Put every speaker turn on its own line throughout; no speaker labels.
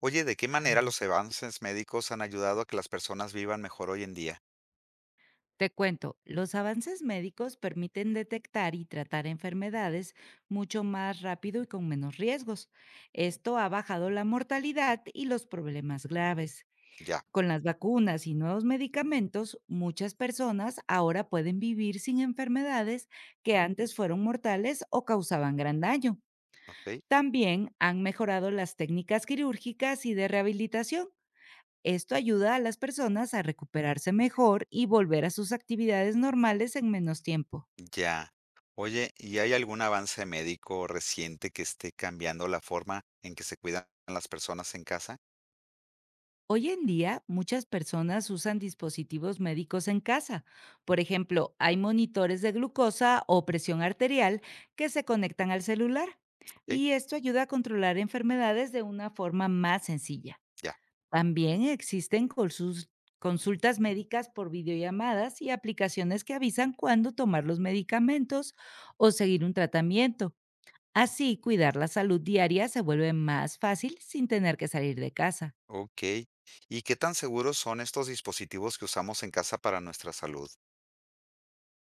Oye, ¿de qué
Ay,
manera
no.
los avances médicos han ayudado a que las personas vivan mejor hoy en día?
Te cuento, los avances médicos permiten detectar y tratar enfermedades mucho más rápido y con menos riesgos. Esto ha bajado la mortalidad y los problemas graves.
Ya,
Con las vacunas y nuevos medicamentos, muchas personas ahora pueden vivir sin enfermedades que antes fueron mortales o causaban gran daño.
ok,
También han mejorado las técnicas quirúrgicas y de rehabilitación. Esto ayuda a las personas a recuperarse mejor y volver a sus actividades normales en menos tiempo.
ya. Oye, ¿y hay algún avance médico reciente que esté cambiando la forma en que se cuidan las personas en casa?
Hoy en día, muchas personas usan dispositivos médicos en casa. Por ejemplo, hay monitores de glucosa o presión arterial que se conectan al celular.
Ok,
Y esto ayuda a controlar enfermedades de una forma más sencilla.
ya,
También existen consultas médicas por videollamadas y aplicaciones que avisan cuándo tomar los medicamentos o seguir un tratamiento. Así, cuidar la salud diaria se vuelve más fácil sin tener que salir de casa.
ok. ¿Y qué tan seguros son estos dispositivos que usamos en casa para nuestra salud?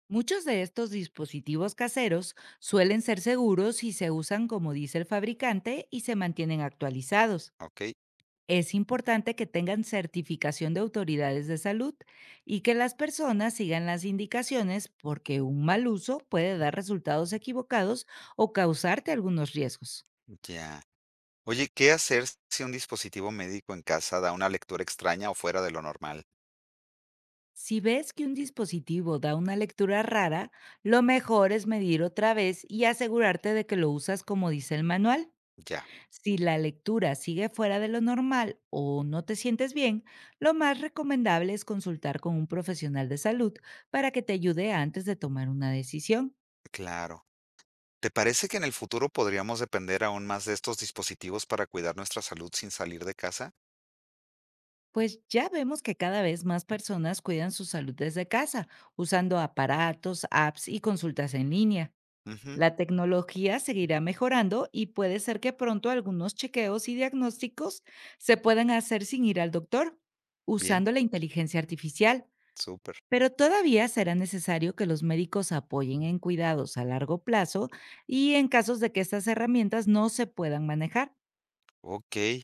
Muchos de estos dispositivos caseros suelen ser seguros si se usan como dice el fabricante y se mantienen actualizados.
Ok,
Es importante que tengan certificación de autoridades de salud y que las personas sigan las indicaciones, porque un mal uso puede dar resultados equivocados o causarte algunos riesgos.
ya. Oye, ¿qué hacer si un dispositivo médico en casa da una lectura extraña o fuera de lo normal?
Si ves que un dispositivo da una lectura rara, lo mejor es medir otra vez y asegurarte de que lo usas como dice el manual.
Ya,
Si la lectura sigue fuera de lo normal o no te sientes bien, lo más recomendable es consultar con un profesional de salud para que te ayude antes de tomar una decisión.
claro. ¿Te parece que en el futuro podríamos depender aún más de estos dispositivos para cuidar nuestra salud sin salir de casa?
Pues ya vemos que cada vez más personas cuidan su salud desde casa, usando aparatos, apps y consultas en línea.
Ujú,
La tecnología seguirá mejorando y puede ser que pronto algunos chequeos y diagnósticos se puedan hacer sin ir al doctor,
bien,
usando la inteligencia artificial,
súper.
pero todavía será necesario que los médicos apoyen en cuidados a largo plazo y en casos de que estas herramientas no se puedan manejar.
Okey.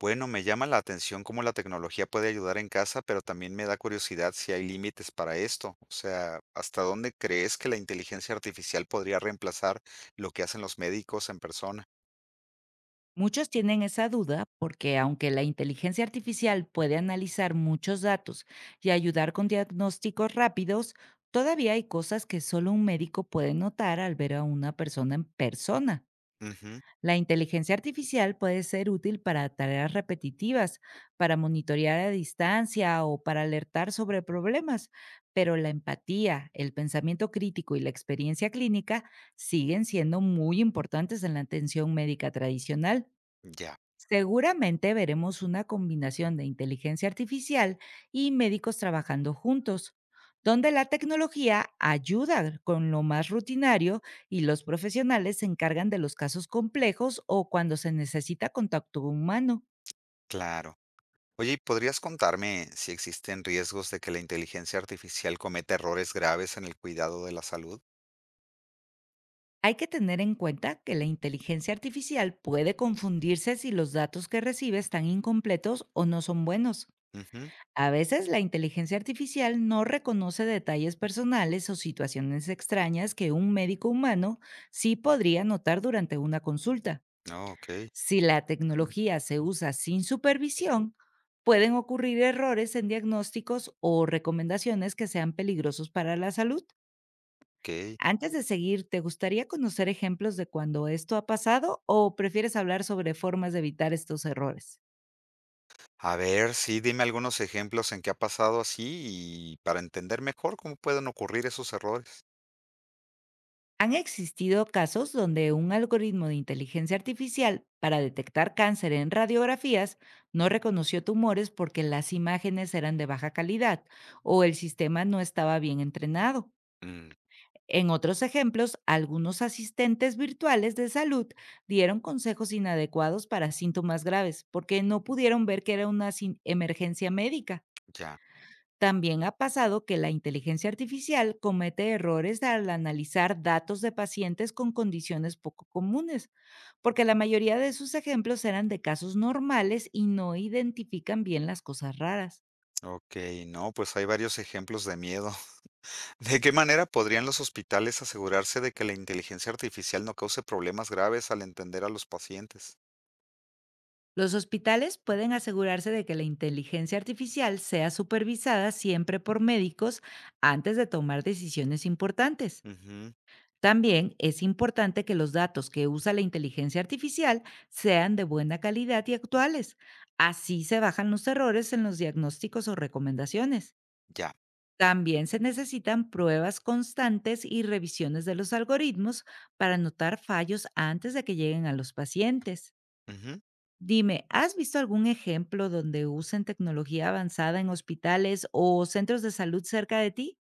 Bueno, me llama la atención cómo la tecnología puede ayudar en casa, pero también me da curiosidad si hay límites para esto. O sea, ¿hasta dónde crees que la inteligencia artificial podría reemplazar lo que hacen los médicos en persona?
Muchos tienen esa duda, porque aunque la inteligencia artificial puede analizar muchos datos y ayudar con diagnósticos rápidos, todavía hay cosas que solo un médico puede notar al ver a una persona en persona.
Ujú,
La inteligencia artificial puede ser útil para tareas repetitivas, para monitorear a distancia o para alertar sobre problemas, pero la empatía, el pensamiento crítico y la experiencia clínica siguen siendo muy importantes en la atención médica tradicional.
ya,
Seguramente veremos una combinación de inteligencia artificial y médicos trabajando juntos, donde la tecnología ayuda con lo más rutinario y los profesionales se encargan de los casos complejos o cuando se necesita contacto humano.
claro. Oye, ¿y podrías contarme si existen riesgos de que la inteligencia artificial cometa errores graves en el cuidado de la salud?
Hay que tener en cuenta que la inteligencia artificial puede confundirse si los datos que recibe están incompletos o no son buenos.
Ujú.
A veces la inteligencia artificial no reconoce detalles personales o situaciones extrañas que un médico humano sí podría notar durante una consulta.
No, okey,
Si la tecnología se usa sin supervisión, pueden ocurrir errores en diagnósticos o recomendaciones que sean peligrosos para la salud.
okey.
Antes de seguir, ¿te gustaría conocer ejemplos de cuando esto ha pasado, o prefieres hablar sobre formas de evitar estos errores?
A ver, sí, dime algunos ejemplos en que ha pasado así y para entender mejor cómo pueden ocurrir esos errores.
Han existido casos donde un algoritmo de inteligencia artificial para detectar cáncer en radiografías no reconoció tumores porque las imágenes eran de baja calidad o el sistema no estaba bien entrenado.
Mm,
En otros ejemplos, algunos asistentes virtuales de salud dieron consejos inadecuados para síntomas graves porque no pudieron ver que era una emergencia médica.
ya.
También ha pasado que la inteligencia artificial comete errores al analizar datos de pacientes con condiciones poco comunes, porque la mayoría de sus ejemplos eran de casos normales y no identifican bien las cosas raras.
Okey, no, pues hay varios ejemplos de miedo. ¿De qué manera podrían los hospitales asegurarse de que la inteligencia artificial no cause problemas graves al entender a los pacientes?
Los hospitales pueden asegurarse de que la inteligencia artificial sea supervisada siempre por médicos antes de tomar decisiones importantes.
Ujú,
También es importante que los datos que usa la inteligencia artificial sean de buena calidad y actuales. Así se bajan los errores en los diagnósticos o recomendaciones.
ya.
También se necesitan pruebas constantes y revisiones de los algoritmos para notar fallos antes de que lleguen a los pacientes.
Ujú.
Dime, ¿has visto algún ejemplo donde usen tecnología avanzada en hospitales o centros de salud cerca de ti?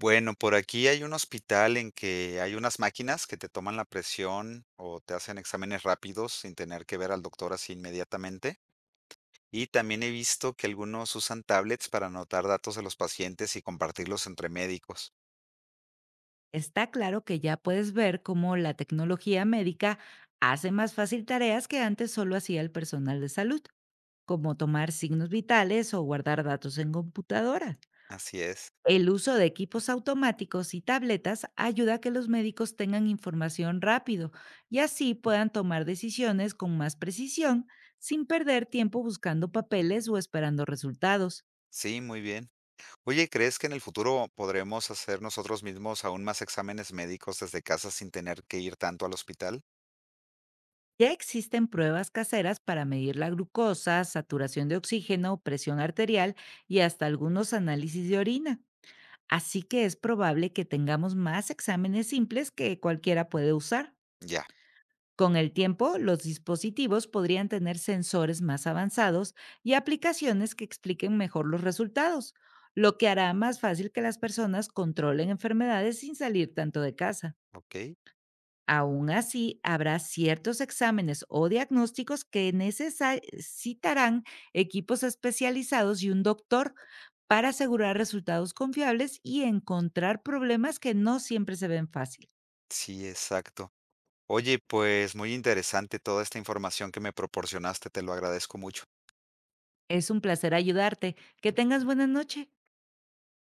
Bueno, por aquí hay un hospital en que hay unas máquinas que te toman la presión o te hacen exámenes rápidos sin tener que ver al doctor así inmediatamente. Y también he visto que algunos usan tablets para anotar datos de los pacientes y compartirlos entre médicos.
Está claro que ya puedes ver cómo la tecnología médica hace más fácil tareas que antes solo hacía el personal de salud, como tomar signos vitales o guardar datos en computadoras.
Así es.
El uso de equipos automáticos y tabletas ayuda a que los médicos tengan información rápido y así puedan tomar decisiones con más precisión, sin perder tiempo buscando papeles o esperando resultados.
Sí, muy bien. Oye, ¿crees que en el futuro podremos hacer nosotros mismos aún más exámenes médicos desde casa sin tener que ir tanto al hospital?
Ya existen pruebas caseras para medir la glucosa, saturación de oxígeno, presión arterial y hasta algunos análisis de orina. Así que es probable que tengamos más exámenes simples que cualquiera puede usar.
Ya,
Con el tiempo, los dispositivos podrían tener sensores más avanzados y aplicaciones que expliquen mejor los resultados, lo que hará más fácil que las personas controlen enfermedades sin salir tanto de casa.
ok.
Aún así, habrá ciertos exámenes o diagnósticos que necesitarán equipos especializados y un doctor para asegurar resultados confiables y encontrar problemas que no siempre se ven fácil.
Sí, exacto. Oye, pues muy interesante toda esta información que me proporcionaste, te lo agradezco mucho.
Es un placer ayudarte. Que tengas buena noche.